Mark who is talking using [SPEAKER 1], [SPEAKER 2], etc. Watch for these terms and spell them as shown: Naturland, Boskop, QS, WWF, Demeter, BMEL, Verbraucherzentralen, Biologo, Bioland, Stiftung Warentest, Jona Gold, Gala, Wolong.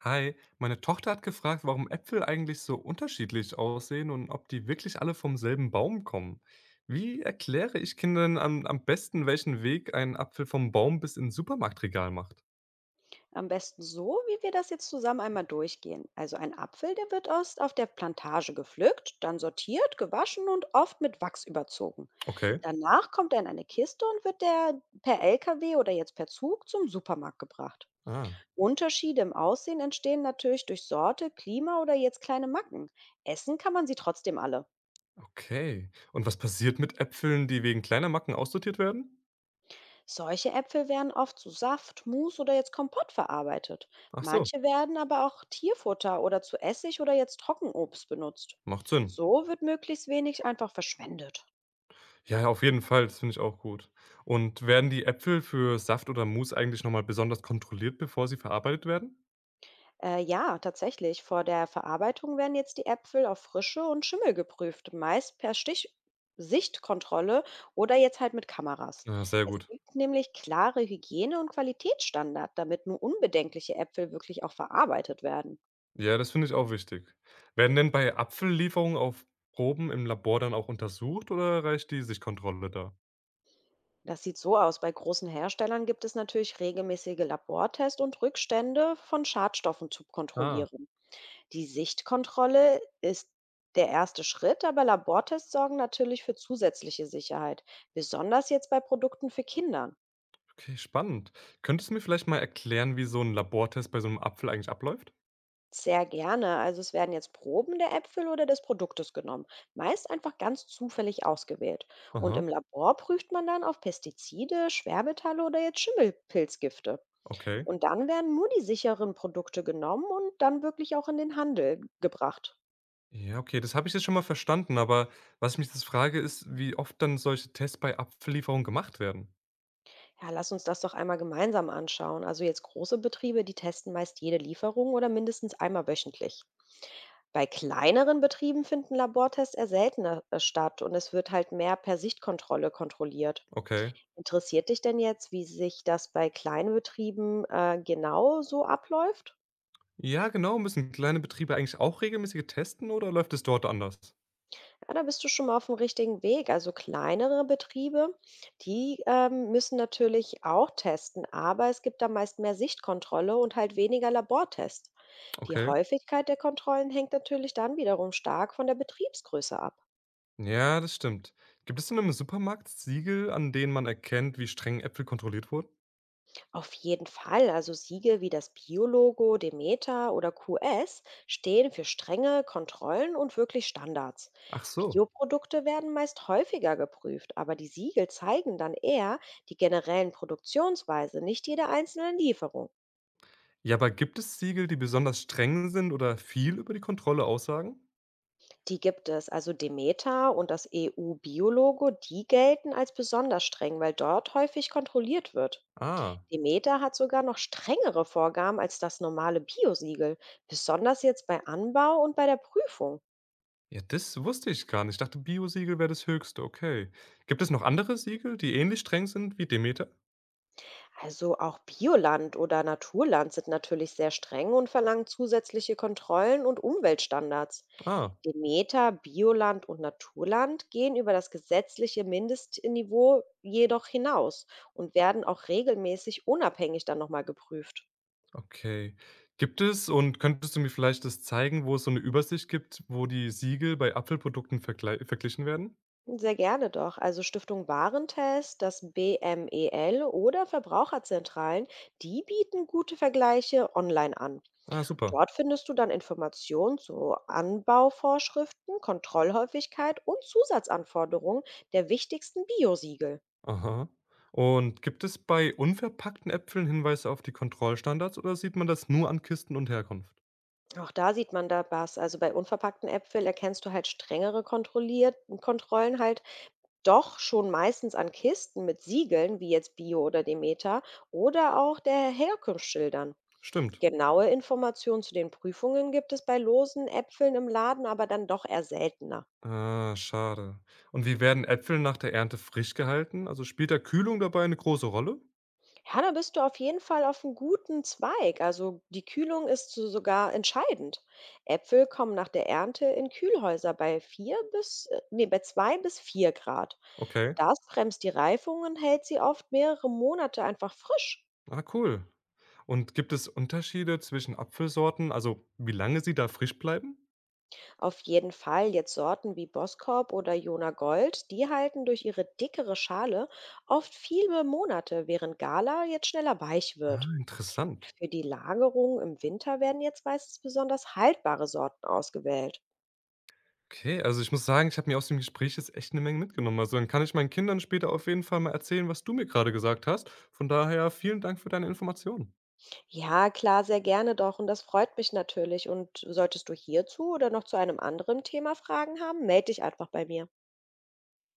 [SPEAKER 1] Hi, meine Tochter hat gefragt, warum Äpfel eigentlich so unterschiedlich aussehen und ob die wirklich alle vom selben Baum kommen. Wie erkläre ich Kindern am besten, welchen Weg ein Apfel vom Baum bis ins Supermarktregal macht?
[SPEAKER 2] Am besten so, wie wir das jetzt zusammen einmal durchgehen. Also ein Apfel, der wird erst auf der Plantage gepflückt, dann sortiert, gewaschen und oft mit Wachs überzogen.
[SPEAKER 1] Okay.
[SPEAKER 2] Danach kommt er in eine Kiste und wird der per LKW oder jetzt per Zug zum Supermarkt gebracht.
[SPEAKER 1] Ah,
[SPEAKER 2] Unterschiede im Aussehen entstehen natürlich durch Sorte, Klima oder jetzt kleine Macken. Essen kann man sie trotzdem alle.
[SPEAKER 1] okay. Und was passiert mit Äpfeln, die wegen kleiner Macken aussortiert werden?
[SPEAKER 2] Solche Äpfel werden oft zu Saft, Mus oder jetzt Kompott verarbeitet.
[SPEAKER 1] Ach so,
[SPEAKER 2] Manche werden aber auch Tierfutter oder zu Essig oder jetzt Trockenobst benutzt.
[SPEAKER 1] macht Sinn.
[SPEAKER 2] So wird möglichst wenig einfach verschwendet.
[SPEAKER 1] Ja, ja, auf jeden Fall, das finde ich auch gut. Und werden die Äpfel für Saft oder Mousse eigentlich nochmal besonders kontrolliert, bevor sie verarbeitet werden?
[SPEAKER 2] Ja, tatsächlich. Vor der Verarbeitung werden jetzt die Äpfel auf Frische und Schimmel geprüft, meist per Stich Sichtkontrolle oder jetzt halt mit Kameras.
[SPEAKER 1] Ja, sehr
[SPEAKER 2] Es
[SPEAKER 1] gut.
[SPEAKER 2] gibt nämlich klare Hygiene- und Qualitätsstandards, damit nur unbedenkliche Äpfel wirklich auch verarbeitet werden.
[SPEAKER 1] Ja, das finde ich auch wichtig. Werden denn bei Apfellieferungen auf Proben im Labor dann auch untersucht oder reicht die Sichtkontrolle da?
[SPEAKER 2] Das sieht so aus. Bei großen Herstellern gibt es natürlich regelmäßige Labortests und Rückstände von Schadstoffen zu
[SPEAKER 1] Ah,
[SPEAKER 2] kontrollieren. Die Sichtkontrolle ist der erste Schritt, aber Labortests sorgen natürlich für zusätzliche Sicherheit, besonders jetzt bei Produkten für Kinder.
[SPEAKER 1] okay, spannend. Könntest du mir vielleicht mal erklären, wie so ein Labortest bei so einem Apfel eigentlich abläuft?
[SPEAKER 2] Sehr gerne. Also es werden jetzt Proben der Äpfel oder des Produktes genommen, meist einfach ganz zufällig ausgewählt. Und
[SPEAKER 1] Aha,
[SPEAKER 2] im Labor prüft man dann auf Pestizide, Schwermetalle oder jetzt Schimmelpilzgifte.
[SPEAKER 1] okay.
[SPEAKER 2] Und dann werden nur die sicheren Produkte genommen und dann wirklich auch in den Handel gebracht.
[SPEAKER 1] Ja, okay, das habe ich jetzt schon mal verstanden, aber was ich mich jetzt frage, ist, wie oft dann solche Tests bei Apfellieferungen gemacht werden?
[SPEAKER 2] Ja, lass uns das doch einmal gemeinsam anschauen. Also jetzt große Betriebe, die testen meist jede Lieferung oder mindestens einmal wöchentlich. Bei kleineren Betrieben finden Labortests eher seltener statt, und es wird halt mehr per Sichtkontrolle kontrolliert.
[SPEAKER 1] Okay.
[SPEAKER 2] Interessiert dich denn jetzt, wie sich das bei kleinen Betrieben genau so abläuft?
[SPEAKER 1] Ja, genau. Müssen kleine Betriebe eigentlich auch regelmäßige testen oder läuft es dort anders?
[SPEAKER 2] Ja, da bist du schon mal auf dem richtigen Weg. Also kleinere Betriebe, die müssen natürlich auch testen, aber es gibt da meist mehr Sichtkontrolle und halt weniger Labortests. Die
[SPEAKER 1] Okay.
[SPEAKER 2] Häufigkeit der Kontrollen hängt natürlich dann wiederum stark von der Betriebsgröße ab.
[SPEAKER 1] Ja, das stimmt. Gibt es denn im Supermarkt Siegel, an denen man erkennt, wie streng Äpfel kontrolliert wurden?
[SPEAKER 2] Auf jeden Fall. Also Siegel wie das Biologo, Demeter oder QS stehen für strenge Kontrollen und wirklich Standards.
[SPEAKER 1] Ach so.
[SPEAKER 2] Bioprodukte werden meist häufiger geprüft, aber die Siegel zeigen dann eher die generellen Produktionsweise, nicht jede einzelne Lieferung.
[SPEAKER 1] Ja, aber gibt es Siegel, die besonders streng sind oder viel über die Kontrolle aussagen?
[SPEAKER 2] Die gibt es, also Demeter und das EU-Biologo, die gelten als besonders streng, weil dort häufig kontrolliert wird.
[SPEAKER 1] Ah,
[SPEAKER 2] Demeter hat sogar noch strengere Vorgaben als das normale Biosiegel, besonders jetzt bei Anbau und bei der Prüfung.
[SPEAKER 1] ja, das wusste ich gar nicht. Ich dachte, Bio-Siegel wäre das höchste. Okay. Gibt es noch andere Siegel, die ähnlich streng sind wie Demeter?
[SPEAKER 2] Also auch Bioland oder Naturland sind natürlich sehr streng und verlangen zusätzliche Kontrollen und Umweltstandards.
[SPEAKER 1] Ah,
[SPEAKER 2] Demeter, Bioland und Naturland gehen über das gesetzliche Mindestniveau jedoch hinaus und werden auch regelmäßig unabhängig dann nochmal geprüft.
[SPEAKER 1] okay. Gibt es und könntest du mir vielleicht das zeigen, wo es so eine Übersicht gibt, wo die Siegel bei Apfelprodukten vergle verglichen werden?
[SPEAKER 2] Sehr gerne doch. Also Stiftung Warentest, das BMEL oder Verbraucherzentralen, die bieten gute Vergleiche online an.
[SPEAKER 1] Ah, super.
[SPEAKER 2] Dort findest du dann Informationen zu Anbauvorschriften, Kontrollhäufigkeit und Zusatzanforderungen der wichtigsten Biosiegel.
[SPEAKER 1] Aha. Und gibt es bei unverpackten Äpfeln Hinweise auf die Kontrollstandards oder sieht man das nur an Kisten und Herkunft?
[SPEAKER 2] Auch da sieht man da was. Also bei unverpackten Äpfeln erkennst du halt strengere kontrolliert Kontrollen halt doch schon meistens an Kisten mit Siegeln, wie jetzt Bio oder Demeter, oder auch der Herkunftsschildern.
[SPEAKER 1] Stimmt.
[SPEAKER 2] Genaue Informationen zu den Prüfungen gibt es bei losen Äpfeln im Laden aber dann doch eher seltener.
[SPEAKER 1] Ah, schade. Und wie werden Äpfel nach der Ernte frisch gehalten? Also spielt der Kühlung dabei eine große Rolle?
[SPEAKER 2] Ja, da bist du auf jeden Fall auf einem guten Zweig. Also die Kühlung ist sogar entscheidend. Äpfel kommen nach der Ernte in Kühlhäuser bei bei 2 bis 4 Grad.
[SPEAKER 1] Okay.
[SPEAKER 2] Das bremst die Reifung und hält sie oft mehrere Monate einfach frisch.
[SPEAKER 1] Ah, cool. Und gibt es Unterschiede zwischen Apfelsorten, also wie lange sie da frisch bleiben?
[SPEAKER 2] Auf jeden Fall jetzt Sorten wie Boskop oder Jona Gold, die halten durch ihre dickere Schale oft viele Monate, während Gala jetzt schneller weich
[SPEAKER 1] Ah,
[SPEAKER 2] wird.
[SPEAKER 1] interessant.
[SPEAKER 2] Für die Lagerung im Winter werden jetzt meistens besonders haltbare Sorten ausgewählt.
[SPEAKER 1] Okay, also ich muss sagen, ich habe mir aus dem Gespräch jetzt echt eine Menge mitgenommen. Also, dann kann ich meinen Kindern später auf jeden Fall mal erzählen, was du mir gerade gesagt hast. Von daher vielen Dank für deine Informationen.
[SPEAKER 2] Ja, klar, sehr gerne doch, und das freut mich natürlich. Und solltest du hierzu oder noch zu einem anderen Thema Fragen haben, melde dich einfach bei mir.